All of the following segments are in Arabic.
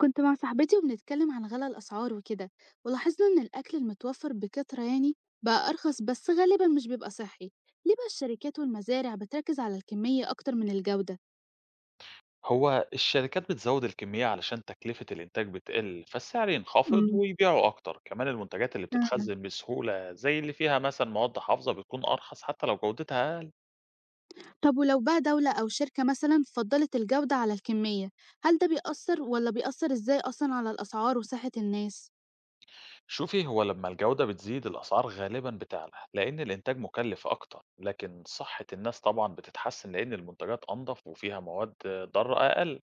كنت مع صاحبتي وبنتكلم عن غلاء الأسعار وكده، ولاحظنا إن الأكل المتوفر بكثرة يعني بقى أرخص، بس غالبا مش بيبقى صحي. ليه بقى الشركات والمزارع بتركز على الكمية أكتر من الجودة؟ هو الشركات بتزود الكمية علشان تكلفة الإنتاج بتقل فالسعر ينخفض امم، ويبيعوا أكتر. كمان المنتجات اللي فعلا. بتتخزن بسهولة زي اللي فيها مثلا مواد حافظة بتكون أرخص حتى لو جودتها أقل. طب ولو بقى دولة أو شركة مثلا فضلت الجودة على الكمية، هل ده بيأثر ولا بيأثر إزاي أصلا على الأسعار وصحة الناس؟ شوفي، هو لما الجودة بتزيد الأسعار غالبا بتعلى لأن الإنتاج مكلف أكتر، لكن صحة الناس طبعا بتتحسن لأن المنتجات أنظف وفيها مواد ضارة أقل.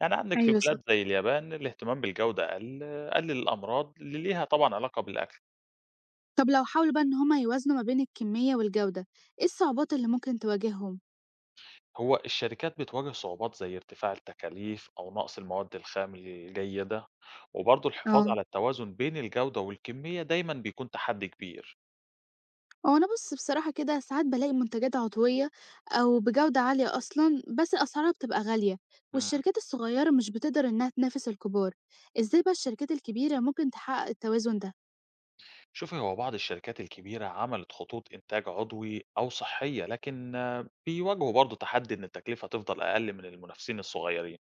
يعني عندك في ايوه صح. بلاد زي اليابان الاهتمام بالجودة أقل، قلل الأمراض اللي ليها طبعا علاقة بالأكل. طب لو حاولوا بقى إن هما يوازنوا ما بين الكمية والجودة، إيه الصعوبات اللي ممكن تواجههم؟ هو الشركات بتواجه صعوبات زي ارتفاع التكاليف أو نقص المواد الخام الجيدة، وبرضه الحفاظ اه، على التوازن بين الجودة والكمية دايما بيكون تحدي كبير. هو أنا بُص بصراحة كده ساعات بالاقي منتجات عضوية أو بجودة عالية أصلًا، بس أسعارها بتبقى غالية، مم. والشركات الصغيرة مش بتقدر إنها تنافس الكبار. إزاي بقى الشركات الكبيرة ممكن تحقق التوازن ده؟ شوفي، هو بعض الشركات الكبيرة عملت خطوط إنتاج عضوي أو صحية، لكن بيواجهوا برضه تحدي إن التكلفة تفضل أقل من المنافسين الصغيرين.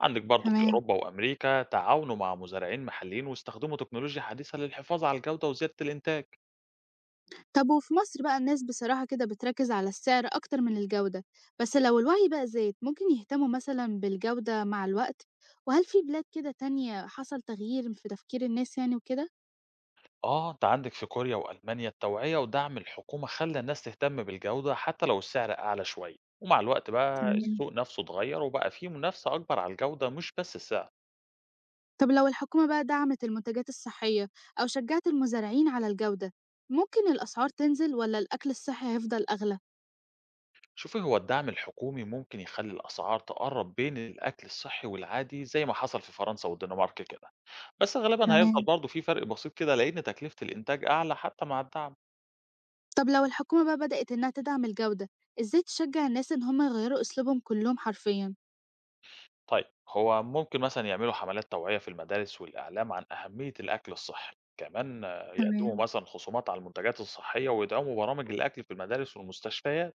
عندك برضه في تمام. أوروبا وأمريكا تعاونوا مع مزارعين محليين واستخدموا تكنولوجيا حديثة للحفاظ على الجودة وزيادة الإنتاج. طب وفي مصر بقى الناس بصراحة كده بتركز على السعر أكتر من الجودة، بس لو الوعي بقى زاد ممكن يهتموا مثلًا بالجودة مع الوقت؟ وهل في بلاد كده تانية حصل تغيير في تفكير الناس يعني وكده؟ أنت عندك في كوريا وألمانيا التوعية ودعم الحكومة خلى الناس تهتم بالجودة حتى لو السعر أعلى شوية، ومع الوقت بقى تمام. السوق نفسه اتغير وبقى فيه منافسة أكبر على الجودة مش بس السعر. طب لو الحكومة بقى دعمت المنتجات الصحية أو شجعت المزارعين على الجودة، ممكن الأسعار تنزل ولا الأكل الصحي هيفضل أغلى؟ شوفي، هو الدعم الحكومي ممكن يخلي الأسعار تقرب بين الأكل الصحي والعادي زي ما حصل في فرنسا والدنمارك كده، بس غالبا هيفضل تمام. برضه في فرق بسيط كده لأن تكلفة الإنتاج أعلى حتى مع الدعم. طب لو الحكومة بقى بدأت إنها تدعم الجودة، إزاي تشجع الناس إن هم يغيروا أسلوبهم كلهم حرفيا؟ طيب، هو ممكن مثلًا يعملوا حملات توعية في المدارس والإعلام عن أهمية الأكل الصحي، كمان تمام. يقدموا مثلًا خصومات على المنتجات الصحية ويدعموا برامج الأكل في المدارس والمستشفيات،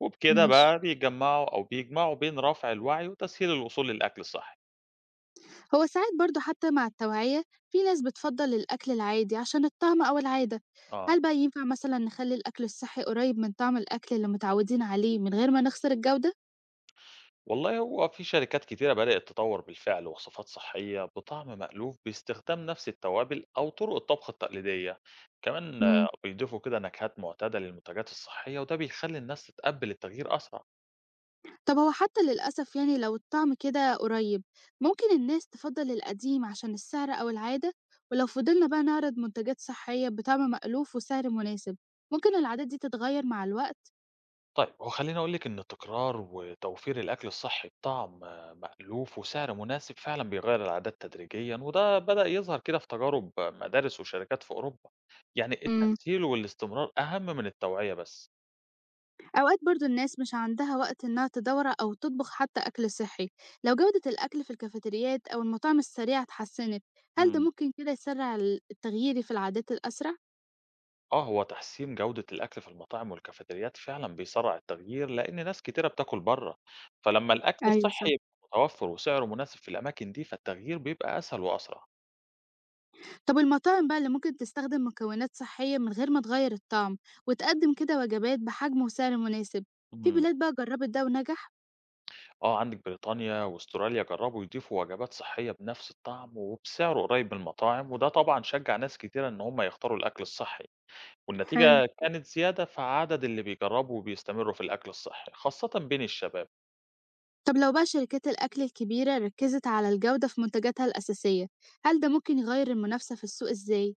وبكده ماشي. بقى بيجمعوا بين رفع الوعي وتسهيل الوصول للأكل الصحي. هو ساعات برضو حتى مع التوعية في ناس بتفضل الأكل العادي عشان الطعم أو العادة، آه، هل بقى ينفع مثلا نخلي الأكل الصحي قريب من طعم الأكل اللي متعودين عليه من غير ما نخسر الجودة؟ والله هو في شركات كتيرة بدأت تطور بالفعل وصفات صحية بطعم مألوف باستخدام نفس التوابل أو طرق الطبخ التقليدية، كمان بيضيفوا كده نكهات معتادة للمنتجات الصحية، وده بيخلي الناس تتقبل التغيير أسرع. طب هو حتى للأسف يعني لو الطعم كده قريب، ممكن الناس تفضل القديم عشان السعر أو العادة، ولو فضلنا بقى نعرض منتجات صحية بطعم مألوف وسعر مناسب، ممكن العادات دي تتغير مع الوقت طيب، هو خلّيني أقول لِك إن التكرار وتوفير الأكل الصحّي بطعم مألوف وسعر مناسب فعلًا بيغيّر العادات تدريجيًا، وده بدأ يظهر كده في تجارب مدارس وشركات في أوروبا. يعني امم التسهيل والاستمرار أهم من التوعية بس. أوقات برضو الناس مش عندها وقت إنها تدور أو تطبخ حتى أكل صحي. لو جودة الأكل في الكافيتريات أو المطاعم السريعة اتحسنت، هل ده إمم. ممكن كده يسرع التغيير في العادات الأسرع؟ هو تحسين جودة الأكل في المطاعم والكافتريات فعلًا بيسرّع التغيير، لإن ناس كتيرة بتاكل برّه، فلمّا الأكل ايوه صح. الصحّي يبقى متوفر وسعره مناسب في الأماكن دي، فالتغيير بيبقى أسهل وأسرع. طب المطاعم بقى اللي ممكن تستخدم مكونات صحية من غير ما تغير الطعم، وتقدم كده وجبات بحجم وسعر مناسب، في إمم. بلاد بقى جربت ده ونجح؟ عندِك بريطانيا وأستراليا جرّبوا يضيفوا وجبات صحية بنفس الطعم وبسعر قريب من المطاعم، وده طبعًا شجّع ناس كتيرة إن هم يختاروا الأكل الصحي، حلو. والنتيجة كانت زيادة في عدد اللي بيجرّبوا وبيستمروا في الأكل الصحي، خاصةً بين الشباب. طب لو بقى شركات الأكل الكبيرة ركزت على الجودة في منتجاتها الأساسية، هل ده ممكن يغير المنافسة في السوق إزاي؟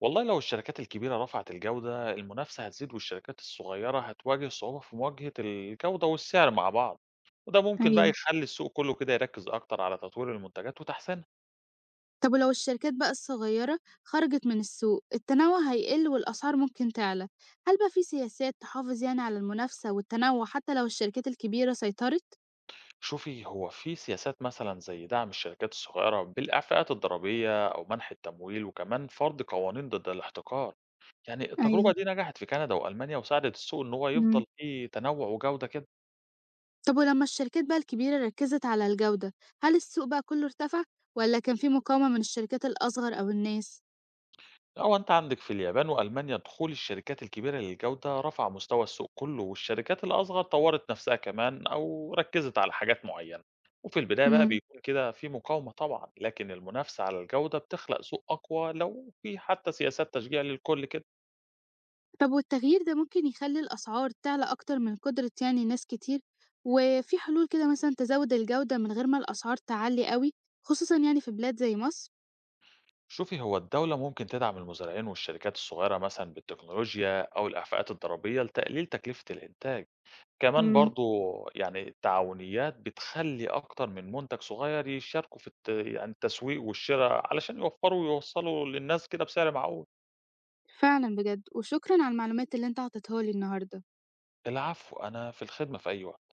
والله لو الشركات الكبيرة رفعت الجودة، المنافسة هتزيد والشركات الصغيرة هتواجه صعوبة في مواجهة الجودة والسعر مع بعض، وده ممكن بقى أيوه. يخلّي السوق كُلّه كده يركّز أكتر على تطوير المنتجات وتحسينها. طب ولو الشركات بقى الصغيرة خرجت من السوق التنوع هيقل والأسعار ممكن تعلى، هل بقى في سياسات تحافظ يعني على المنافسة والتنوع حتى لو الشركات الكبيرة سيطرت؟ شوفي، هو في سياسات مثلا زي دعم الشركات الصغيرة بالإعفاءات الضريبية أو منح التمويل، وكمان فرض قوانين ضد الاحتكار. يعني أيوه. التجربة دي نجحت في كندا وألمانيا وساعدت السوق إن هو يفضل فيه تنوع وجودة كده. طب ولما الشركات بقى الكبيرة ركزت على الجودة، هل السوق بقى كله ارتفع ولا كان في مقاومة من الشركات الأصغر أو الناس؟ أو أنت عندك في اليابان وألمانيا دخول الشركات الكبيرة للجودة رفع مستوى السوق كله، والشركات الأصغر طورت نفسها كمان أو ركزت على حاجات معينة. وفي البداية بقى امم بيكون كده في مقاومة طبعا، لكن المنافسة على الجودة بتخلق سوق أقوى لو في حتى سياسات تشجيع للكل كده. طب والتغيير ده ممكن يخلي الأسعار تعلى أكتر من قدرة يعني ناس كتير، وفي حلول كده مثلا تزود الجودة من غير ما الأسعار تعلي قوي، خصوصا يعني في بلاد زي مصر؟ شوفي، هو الدولة ممكن تدعم المزارعين والشركات الصغيرة مثلا بالتكنولوجيا أو الأفاقات الضريبية لتقليل تكلفة الإنتاج. كمان امم. برضو، يعني التعاونيات بتخلي أكتر من منتج صغير يشاركوا في يعني التسويق والشراء علشان يوفروا ويوصلوا للناس كده بسعر معقول. فعلا بجد، وشكرا على المعلومات اللي انت عطيتها لي النهاردة. العفو، أنا في الخدمة في أي وقت.